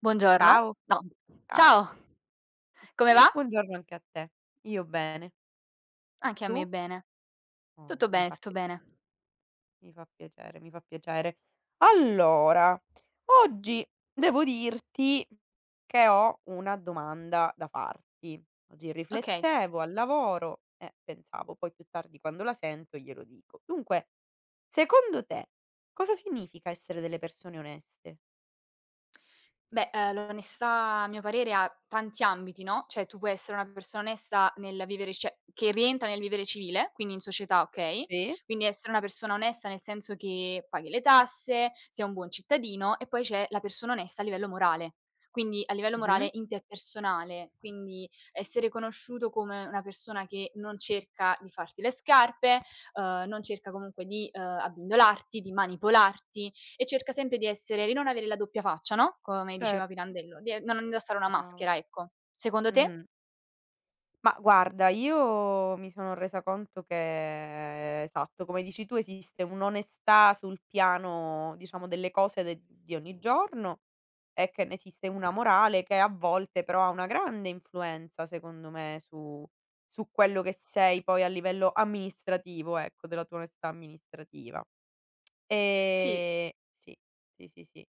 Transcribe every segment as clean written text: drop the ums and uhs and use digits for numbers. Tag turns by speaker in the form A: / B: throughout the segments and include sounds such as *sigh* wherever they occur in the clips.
A: Buongiorno.
B: Ciao,
A: No.
B: ciao.
A: Ciao, come va?
B: Buongiorno anche a te. Io bene.
A: Anche a me
B: Tu?
A: bene.
B: Oh,
A: Tutto bene, tutto bene.
B: mi fa piacere, mi fa piacere. Allora, oggi devo dirti che ho una domanda da farti. Oggi
A: Okay.
B: riflettevo al lavoro e pensavo, poi più tardi quando la sento glielo dico. Dunque, secondo te cosa significa essere delle persone oneste?
A: Beh, l'onestà a mio parere ha tanti ambiti, no, cioè tu puoi essere una persona onesta nel vivere cioè che rientra nel vivere civile, quindi in società, okay,
B: Sì.
A: quindi essere una persona onesta nel senso che paghi le tasse, sei un buon cittadino e poi c'è la persona onesta a livello morale. Quindi a livello
B: Mh-mh.
A: morale interpersonale, quindi essere conosciuto come una persona che non cerca di farti le scarpe, non cerca comunque di, abbindolarti, di manipolarti, e cerca sempre di essere di non avere la doppia faccia, no, come diceva
B: Certo,
A: Pirandello, di e non indossare una
B: brava.
A: maschera, ecco. Secondo te?
B: Mh-mh. Ma guarda, io mi sono resa conto che esatto, come dici tu, esiste un'onestà sul piano, diciamo, delle cose de di ogni giorno e che ne esiste una morale che a volte però ha una grande influenza, secondo me, su quello che sei poi a livello amministrativo, ecco, della tua onestà amministrativa.
A: Sì,
B: Ehm sì, sì, sì, sì.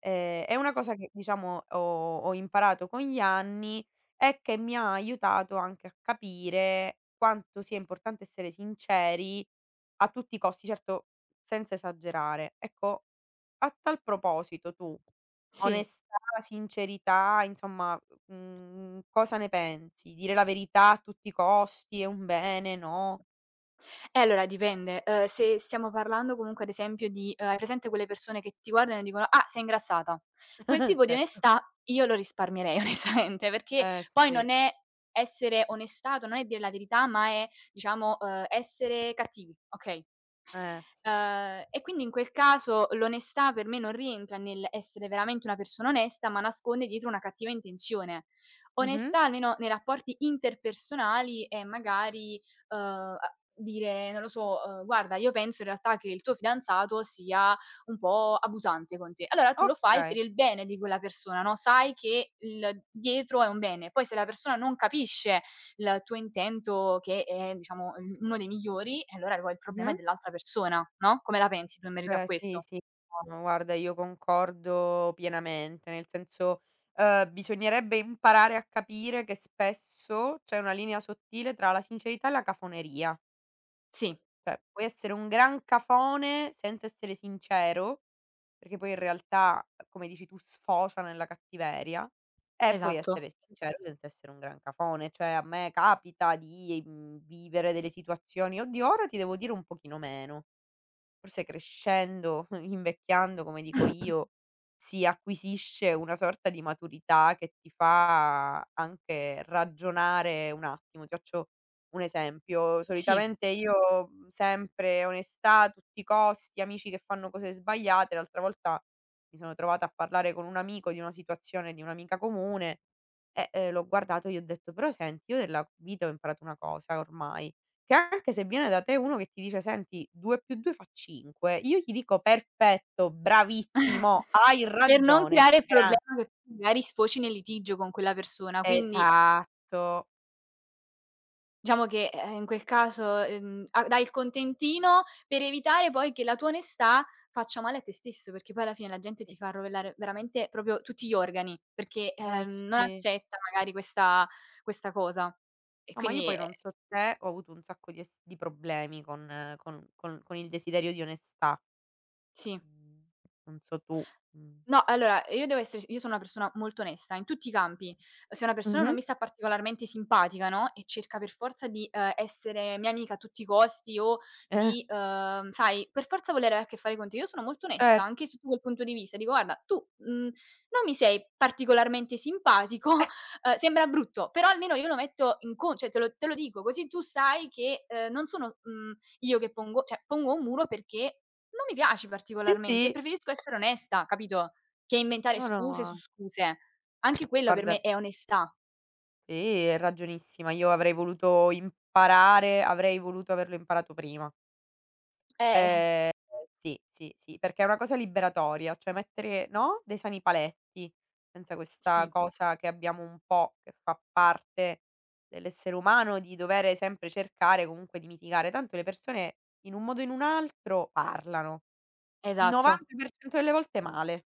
B: È una cosa che diciamo ho imparato con gli anni e che mi ha aiutato anche a capire quanto sia importante essere sinceri a tutti i costi, certo senza esagerare. Ecco, a tal proposito tu,
A: sì.
B: onestà, sincerità, insomma, cosa ne pensi? Dire la verità a tutti i costi è un bene, no?
A: Allora dipende, se stiamo parlando comunque ad esempio di hai presente quelle persone che ti guardano e dicono: "Ah, sei ingrassata." Quel
B: *laughs*
A: tipo di
B: Certo.
A: onestà io lo risparmierei *laughs* onestamente, perché
B: Eh
A: poi
B: sì,
A: non è essere onestato, non è dire la verità, ma è diciamo, essere cattivi, okay?
B: eh sì.
A: E quindi in quel caso l'onestà per me non rientra nell'essere veramente una persona onesta, ma nasconde dietro una cattiva intenzione.
B: Mh-mh.
A: Onestà, almeno nei rapporti interpersonali, è magari, a dire, non lo so, "Guarda, io penso in realtà che il tuo fidanzato sia un po' abusante con te." Allora tu lo fai per
B: Okay.
A: il bene di quella persona, no, sai che il dietro è un bene. Poi se la persona non capisce il tuo intento che è diciamo, uno dei migliori e allora poi il problema è
B: Mh-mh.
A: dell'altra persona, no, come la pensi tu in merito a
B: Beh, sì,
A: questo?
B: sì. No, no, guarda, io concordo pienamente, nel senso, bisognerebbe imparare a capire che spesso c'è una linea sottile tra la sincerità e la cafoneria.
A: Sì,
B: Cioè, puoi essere un gran cafone senza essere sincero, perché poi in realtà, come dici tu, sfocia nella cattiveria, e puoi
A: esatto.
B: essere sincero senza essere un gran cafone. Cioè, a me capita di, vivere delle situazioni: "Oddio, ora ti devo dire un pochino meno". Forse crescendo, *laughs* invecchiando, come dico io,
A: *laughs*
B: si acquisisce una sorta di maturità che ti fa anche ragionare un attimo. Ti faccio un esempio:
A: Sì.
B: solitamente io, sempre onestà a tutti i costi, amici che fanno cose sbagliate. L'altra volta mi sono trovata a parlare con un amico di una situazione di un'amica comune e, l'ho guardato e gli ho detto: "Però senti, io della vita ho imparato una cosa ormai, che anche se viene da te uno che ti dice: "Senti, 2 più 2 fa 5", io gli dico: "Perfetto,
A: *laughs*
B: bravissimo, hai
A: Per non
B: ragione,
A: creare il
B: gran"
A: problema che magari sfoci nel litigio con quella persona, quindi
B: esatto.
A: diciamo che, in quel caso, a dai il contentino per evitare poi che la tua onestà faccia male a te stesso, perché poi alla fine la gente
B: Sì.
A: ti fa rovellare veramente proprio tutti gli organi, perché,
B: Eh
A: non
B: sì.
A: accetta magari questa cosa. E
B: No, ma io poi
A: quindi,
B: non so te, ho avuto un sacco di es di problemi con il desiderio di onestà.
A: sì.
B: Mhmm, non so tu. Mh.
A: No, allora io devo essere s io sono una persona molto onesta in tutti i campi. Se una persona
B: Mh-mh.
A: non mi sta particolarmente simpatica, no, e cerca per forza di, essere mia amica a tutti i costi o
B: Eh,
A: di, sai, per forza voler avere a che fare con te, io sono molto onesta
B: cer
A: anche sotto quel punto di vista. Dico: "Guarda tu, non mi sei particolarmente simpatico, *laughs* sembra brutto, però almeno io lo metto in con cioè te lo dico così tu sai che, non sono, io che pongo" cioè pongo un muro perché non mi piaci
B: sì,
A: particolarmente e
B: sì.
A: preferisco essere onesta, capito? Che inventare
B: No, no,
A: scuse su
B: ma
A: scuse. Anche quella per
B: guarda
A: me è onestà.
B: sì, hai ragionissima. Io avrei voluto averlo imparato prima.
A: Eh,
B: Ehm, sì, sì, sì, perché è una cosa liberatoria, cioè mettere, no, dei sani paletti, senza questa
A: sì,
B: cosa che abbiamo un po' che fa parte dell'essere umano, di dovere sempre cercare comunque di mitigare. Tanto le persone in un modo o in un altro parlano,
A: esatto.
B: 90% delle volte male,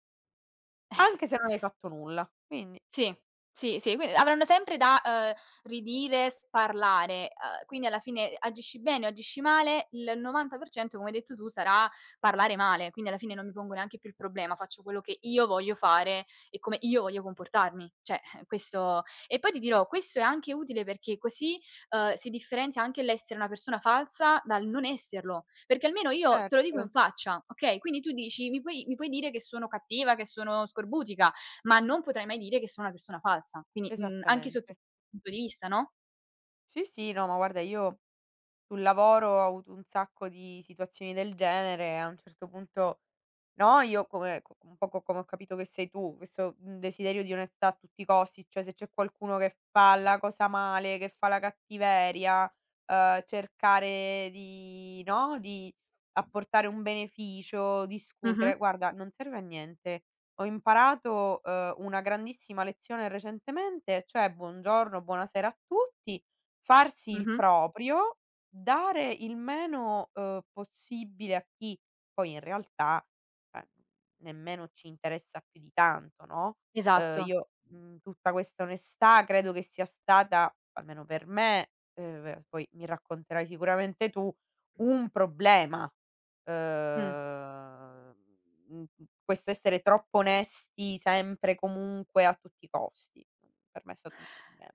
A: *laughs* Eh.
B: anche se non hai fatto nulla. Quindi
A: Sì, sì, sì, quindi avranno sempre da, ridire, sparlare, quindi alla fine agisci bene o agisci male, il 90% come hai detto tu sarà parlare male, quindi alla fine non mi pongo neanche più il problema, faccio quello che io voglio fare e come io voglio comportarmi. Cioè, *laughs* questo e poi ti dirò, questo è anche utile perché così, si differenzia anche l'essere una persona falsa dal non esserlo, perché almeno io te lo dico in
B: certo,
A: faccia, okay, quindi tu dici: "Mi puoi dire che sono cattiva, che sono scorbutica", ma non potrai mai dire che sono una persona falsa. Quindi, anche sotto
B: esattamente.
A: punto di vista, no?
B: Sì, sì, no, ma guarda. Io Sul lavoro ho avuto un sacco di situazioni del genere e a un certo punto no, io come co un po' co come ho capito che sei tu, questo, desiderio di onestà a tutti i costi, cioè se c'è qualcuno che fa la cosa male, che fa la cattiveria, cercare di no, di apportare un beneficio,
A: Mh-mh,
B: discutere, guarda non serve a niente. Ho imparato, una grandissima lezione recentemente, cioè: "Buongiorno, buonasera a tutti", farsi il
A: mh-mh,
B: proprio dare il meno, possibile a chi poi in realtà, ehm, nemmeno ci interessa più di tanto, no, uhm,
A: esatto.
B: io, mhmm, tutta questa onestà credo che sia stata, almeno per me, poi mi racconterai sicuramente tu, un problema.
A: Mh.
B: Uhm, mhmm, questo essere troppo onesti sempre, comunque, a tutti i costi, per me è stato un problema.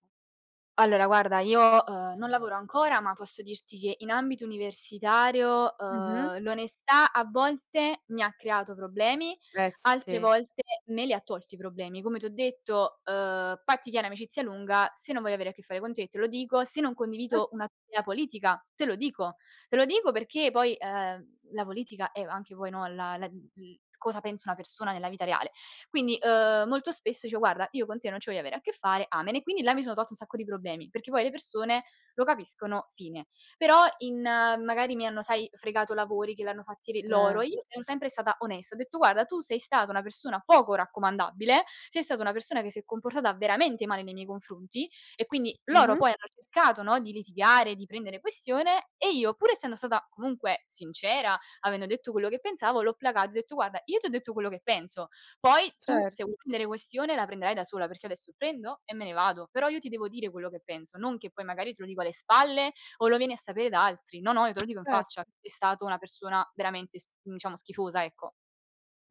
A: Allora guarda, io, non lavoro ancora, ma posso dirti che in ambito universitario,
B: Mh-mh.
A: l'onestà a volte mi ha creato problemi,
B: Eh
A: altre
B: sì.
A: volte me li ha tolti i problemi. Come t'ho detto, "Patti chiari, amicizia lunga", se non voglio avere a che fare con te, te lo dico, se non
B: Eh.
A: condivido una tua idea politica, te lo dico. Te lo dico perché poi, la politica è anche poi, no, la la l cosa pensa una persona nella vita reale. Quindi, molto spesso dicevo: "Guarda, io con te non ci voglio avere a che fare, amen." E quindi là mi sono tolta un sacco di problemi, perché poi le persone lo capiscono, fine. Però in magari mi hanno, sai, fregato lavori che l'hanno fatti ri loro,
B: Eh.
A: e io sono sempre stata onesta, ho detto: "Guarda, tu sei stata una persona poco raccomandabile, sei stata una persona che si è comportata veramente male nei miei confronti." E quindi loro
B: Mh-mh.
A: poi hanno cercato, no, di litigare, di prendere questione e io, pur essendo stata comunque sincera, avendo detto quello che pensavo, l'ho placato e ho detto: "Guarda, io ti ho detto quello che penso. Poi tu
B: Cer
A: se vuoi prendere questione la prenderai da sola, perché adesso prendo e me ne vado, però io ti devo dire quello che penso, non che poi magari te lo dico alle spalle o lo vieni a sapere da altri. No, no, io te lo dico in
B: certo.
A: faccia, è stato una persona veramente s diciamo schifosa, ecco."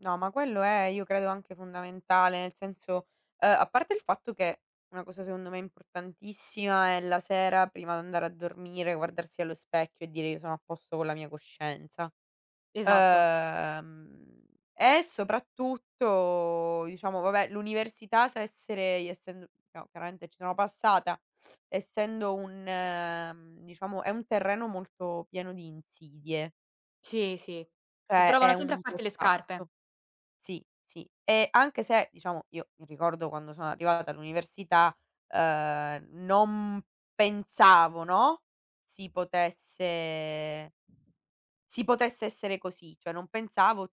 B: No, ma quello è io credo anche fondamentale, nel senso a parte il fatto che una cosa secondo me importantissima è la sera prima di andare a dormire, guardarsi allo specchio e dire: "Io sono a posto con la mia coscienza".
A: Esatto.
B: Ehm, e soprattutto diciamo vabbè l'università sa essere essendo no, chiaramente ci sono passata, essendo un diciamo è un terreno molto pieno di insidie,
A: Sì, sì. T
B: cioè
A: provano
B: è
A: sempre a
B: un
A: farti le scarpe.
B: postaccio. Sì, sì. E anche se, diciamo, io mi ricordo quando sono arrivata all'università, non pensavo, no, si potesse si potesse essere così, cioè non pensavo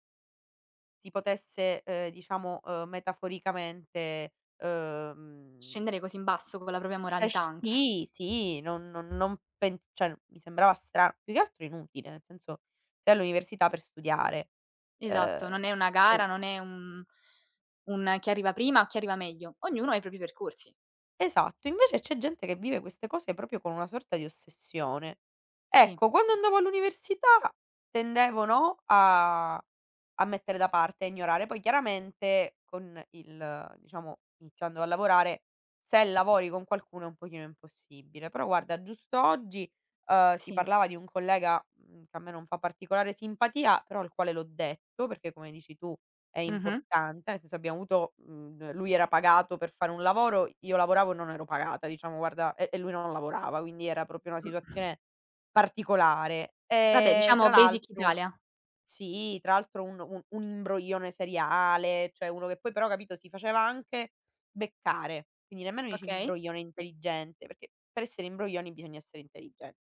B: si potesse, diciamo, metaforicamente,
A: Scendere così in basso con la propria moralità
B: esc
A: anche.
B: sì, sì, non non non pen cioè mi sembrava stra più che altro inutile, nel senso sei all'università per studiare.
A: Esatto,
B: Ehm,
A: non è una
B: poi
A: gara, non è un chi arriva prima o chi arriva meglio. Ognuno ha i propri percorsi.
B: Esatto, invece c'è gente che vive queste cose proprio con una sorta di ossessione.
A: Sì,
B: Ecco, quando andavo all'università tendevo, no, a mettere da parte, a ignorare. Poi chiaramente con il diciamo, iniziando a lavorare, se lavori con qualcuno è un pochino impossibile. Però guarda, giusto oggi, si
A: sì.
B: parlava di un collega, che a me non fa particolare simpatia, però al quale l'ho detto, perché come dici tu è
A: Mh-mh.
B: importante, nel senso abbiamo avuto lui era pagato per fare un lavoro, io lavoravo e non ero pagata, diciamo guarda e lui non lavorava, quindi era proprio una
A: Mh.
B: situazione particolare.
A: Vabbè,
B: Tra
A: diciamo Basic
B: l'altro
A: Italia.
B: sì, tra l'altro un imbroglione seriale, cioè uno che poi però capito si faceva anche beccare, quindi nemmeno dici
A: Okay.
B: imbroglione intelligente, perché per essere imbroglioni bisogna essere intelligen.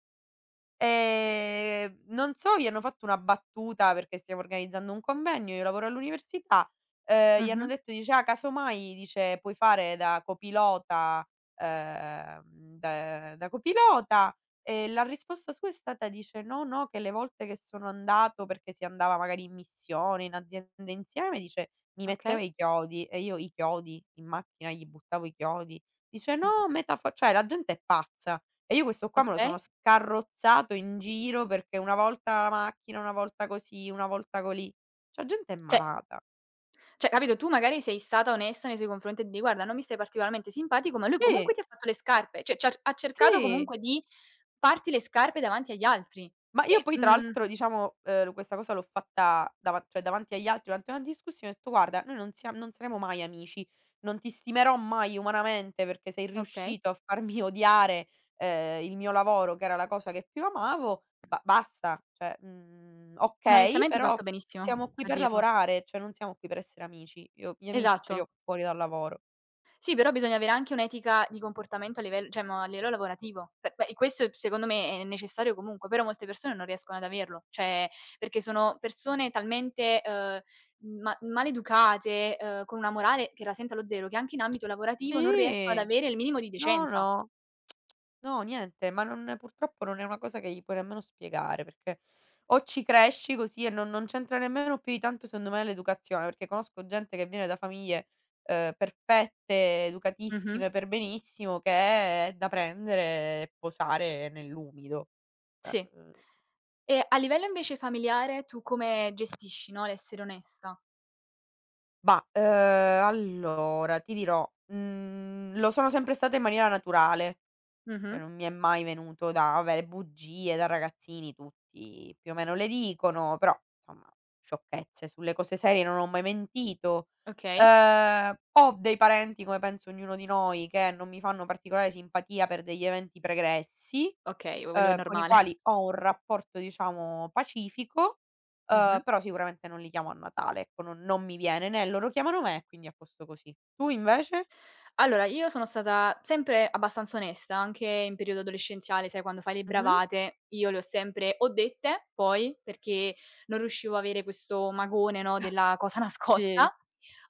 B: Non so, gli hanno fatto una battuta perché stiamo organizzando un convegno, io lavoro all'università, gli hanno
A: Mh-mh.
B: detto, dice: "Ah, casomai", dice, "puoi fare da copilota, ehm, da copilota". E la risposta sua è stata, dice: "No, no, che le volte che sono andato" perché si andava magari in missione, in azienda insieme, dice: "Mi metteva
A: Okay.
B: i chiodi". E io: "I chiodi?" In macchina gli buttavo i chiodi. Dice: "No, metafo" cioè la gente è pazza. E io questo qua me lo sono
A: Okay.
B: scarrozzato in giro perché una volta la macchina, una volta così, una volta colì. Cioè gente è
A: Cioè
B: malata.
A: cioè capito, tu magari sei stata onesta nei suoi confronti e di: "Guarda, non mi stai particolarmente simpatico", ma lui
B: Sì,
A: comunque ti ha fatto le scarpe, cioè c'ha ha cercato
B: sì.
A: comunque di farti le scarpe davanti agli altri.
B: Ma io
A: E,
B: poi tra
A: mhmm
B: l'altro diciamo, questa cosa l'ho fatta davan cioè davanti agli altri durante una discussione, ho detto: "Guarda, noi non saremo mai amici, non ti stimerò mai umanamente perché sei
A: okay.
B: riuscito a farmi *laughs* odiare, il mio lavoro che era la cosa che più amavo, ba basta, cioè,
A: Ma
B: okay,
A: onestamente hai
B: però
A: fatto
B: siamo
A: benissimo
B: qui
A: a
B: per
A: dirlo.
B: lavorare, cioè non siamo qui per essere amici. Io gli amici ce li ho
A: Esatto.
B: fuori dal lavoro".
A: Sì, però bisogna avere anche un'etica di comportamento a livel cioè ma a livello lavorativo. Questo secondo me è necessario comunque, però molte persone non riescono ad averlo, cioè perché sono persone talmente, ma maleducate, con una morale che la sente allo zero, che anche in ambito lavorativo non riescono ad
B: Sì,
A: avere il minimo di
B: no,
A: decenza.
B: no. No, niente, ma non purtroppo non è una cosa che gli puoi nemmeno spiegare, perché o ci cresci così e non c'entra nemmeno più di tanto, secondo me, l'educazione, perché conosco gente che viene da famiglie, perfette,
A: Mh-mh,
B: educatissime, per benissimo, che è da prendere e posare nell'umido. Cioè,
A: sì. E a livello invece familiare tu come gestisci, no, l'essere onesta?
B: bah, allora ti dirò, lo sono sempre stata in maniera naturale.
A: Mh-mh,
B: Cioè non mi è mai venuto da vabbè, bugie da ragazzini tutti più o meno le dicono, però insomma sciocchezze, sulle cose serie non ho mai mentito.
A: okay,
B: Ho dei parenti, come penso ognuno di noi, che non mi fanno particolare simpatia per degli eventi pregressi,
A: okay, quello è
B: con i
A: normale.
B: quali
A: *laughs*
B: ho un rapporto diciamo pacifico,
A: Mh-mh.
B: però sicuramente non li chiamo a Natale, ecco, non mi viene né loro chiamano me, quindi a posto così. Tu invece?
A: Allora, io sono stata sempre abbastanza onesta, anche in periodo adolescenziale, sai quando fai le
B: Mh-mh.
A: bravate, io le ho sempre o dette poi, perché non riuscivo a avere questo magone, no,
B: *laughs*
A: della cosa *laughs*
B: Sì,
A: nascosta,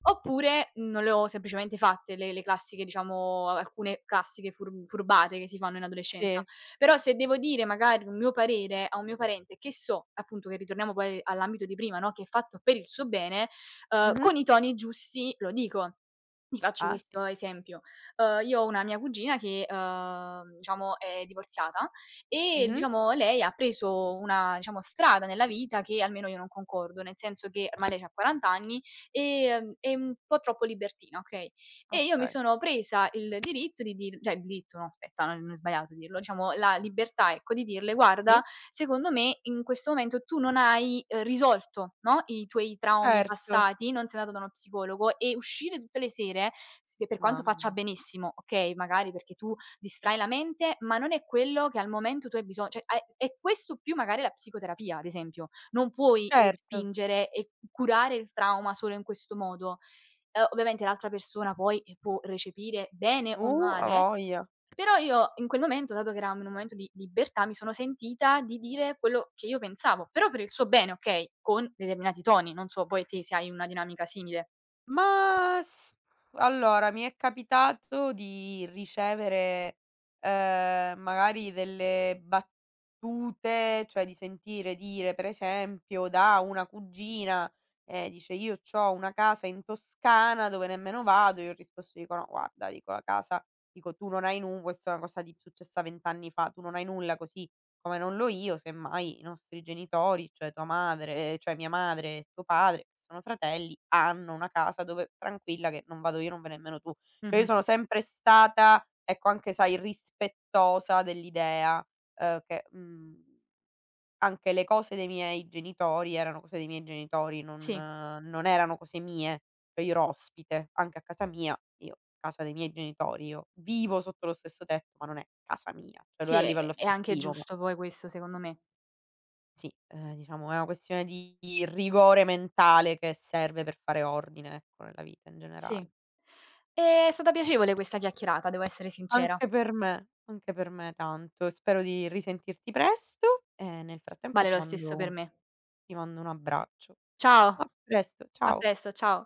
A: oppure non le ho semplicemente fatte le classiche diciamo alcune classiche furbate che si fanno in adolescenza.
B: sì.
A: Però se devo dire magari un mio parere a un mio parente che so, appunto che ritorniamo poi all'ambito di prima, no, che è fatto per il suo bene,
B: Mh-mh.
A: con i toni giusti lo dico. Ti faccio
B: Ah, sì.
A: questo esempio: io ho una mia cugina che, diciamo è divorziata e
B: Mh-mh.
A: diciamo lei ha preso una, diciamo, strada nella vita che almeno io non concordo, nel senso che ormai lei c'ha 40 anni, e è un po' troppo libertina, okay, e io mi
B: Okay.
A: sono presa il diritto di dir cioè il diritto no aspetta, non è sbagliato dirlo, diciamo la libertà, ecco, di dirle:
B: Sì.
A: "Guarda, secondo me in questo momento tu non hai, risolto, no, i tuoi traumi
B: Certo.
A: passati, non sei andato da uno psicologo e uscire tutte le sere, s che per quanto
B: Mamma
A: faccia
B: mi
A: benissimo, okay, magari perché tu distrai la mente, ma non è quello che al momento tu hai biso cioè hai è questo più magari la psicoterapia, ad esempio. Non puoi
B: Certo.
A: respingere e curare il trauma solo in questo modo." Ovviamente l'altra persona poi, può recepire bene o
B: A
A: male,
B: voglia.
A: però io in quel momento, dato che eravamo in un momento di libertà, mi sono sentita di dire quello che io pensavo, però per il suo bene, okay, con determinati toni, non so poi te se hai una dinamica simile.
B: Ma s allora, mi è capitato di ricevere, magari delle battute, cioè di sentire dire, per esempio, da una cugina, dice: "Io c'ho una casa in Toscana dove nemmeno vado." Io ho risposto, dico: "No, guarda" dico, "la casa" dico: "Tu non hai nu" questa è una cosa di successa 20 anni fa, "Tu non hai nulla così come non lo io, semmai i nostri genitori, cioè tua madre cioè mia madre e tuo padre, che sono fratelli, hanno una casa dove tranquilla che non vado io, non vai nemmeno tu. Cioè io
A: Mh-mh.
B: sono sempre stata, ecco, anche sai, rispettosa dell'idea, che, anche le cose dei miei genitori erano cose dei miei genitori,
A: Sì,
B: non erano cose mie. Cioè io ero ospite anche a casa mia, io casa dei miei genitori, io vivo sotto lo stesso tetto, ma non è casa mia, cioè lo è
A: sì,
B: a livello
A: è anche
B: affettivo ma
A: giusto poi questo secondo me.
B: sì, diciamo è una questione di rigore mentale che serve per fare ordine, ecco, nella vita in
A: Sì.
B: generale.
A: È stata piacevole questa chiacchierata, devo essere sincera.
B: Anche per me tanto. Spero di risentirti presto e nel frattempo
A: Vale lo stesso per me.
B: ti mando un abbraccio.
A: Ciao,
B: A presto,
A: a
B: ciao.
A: presto, ciao.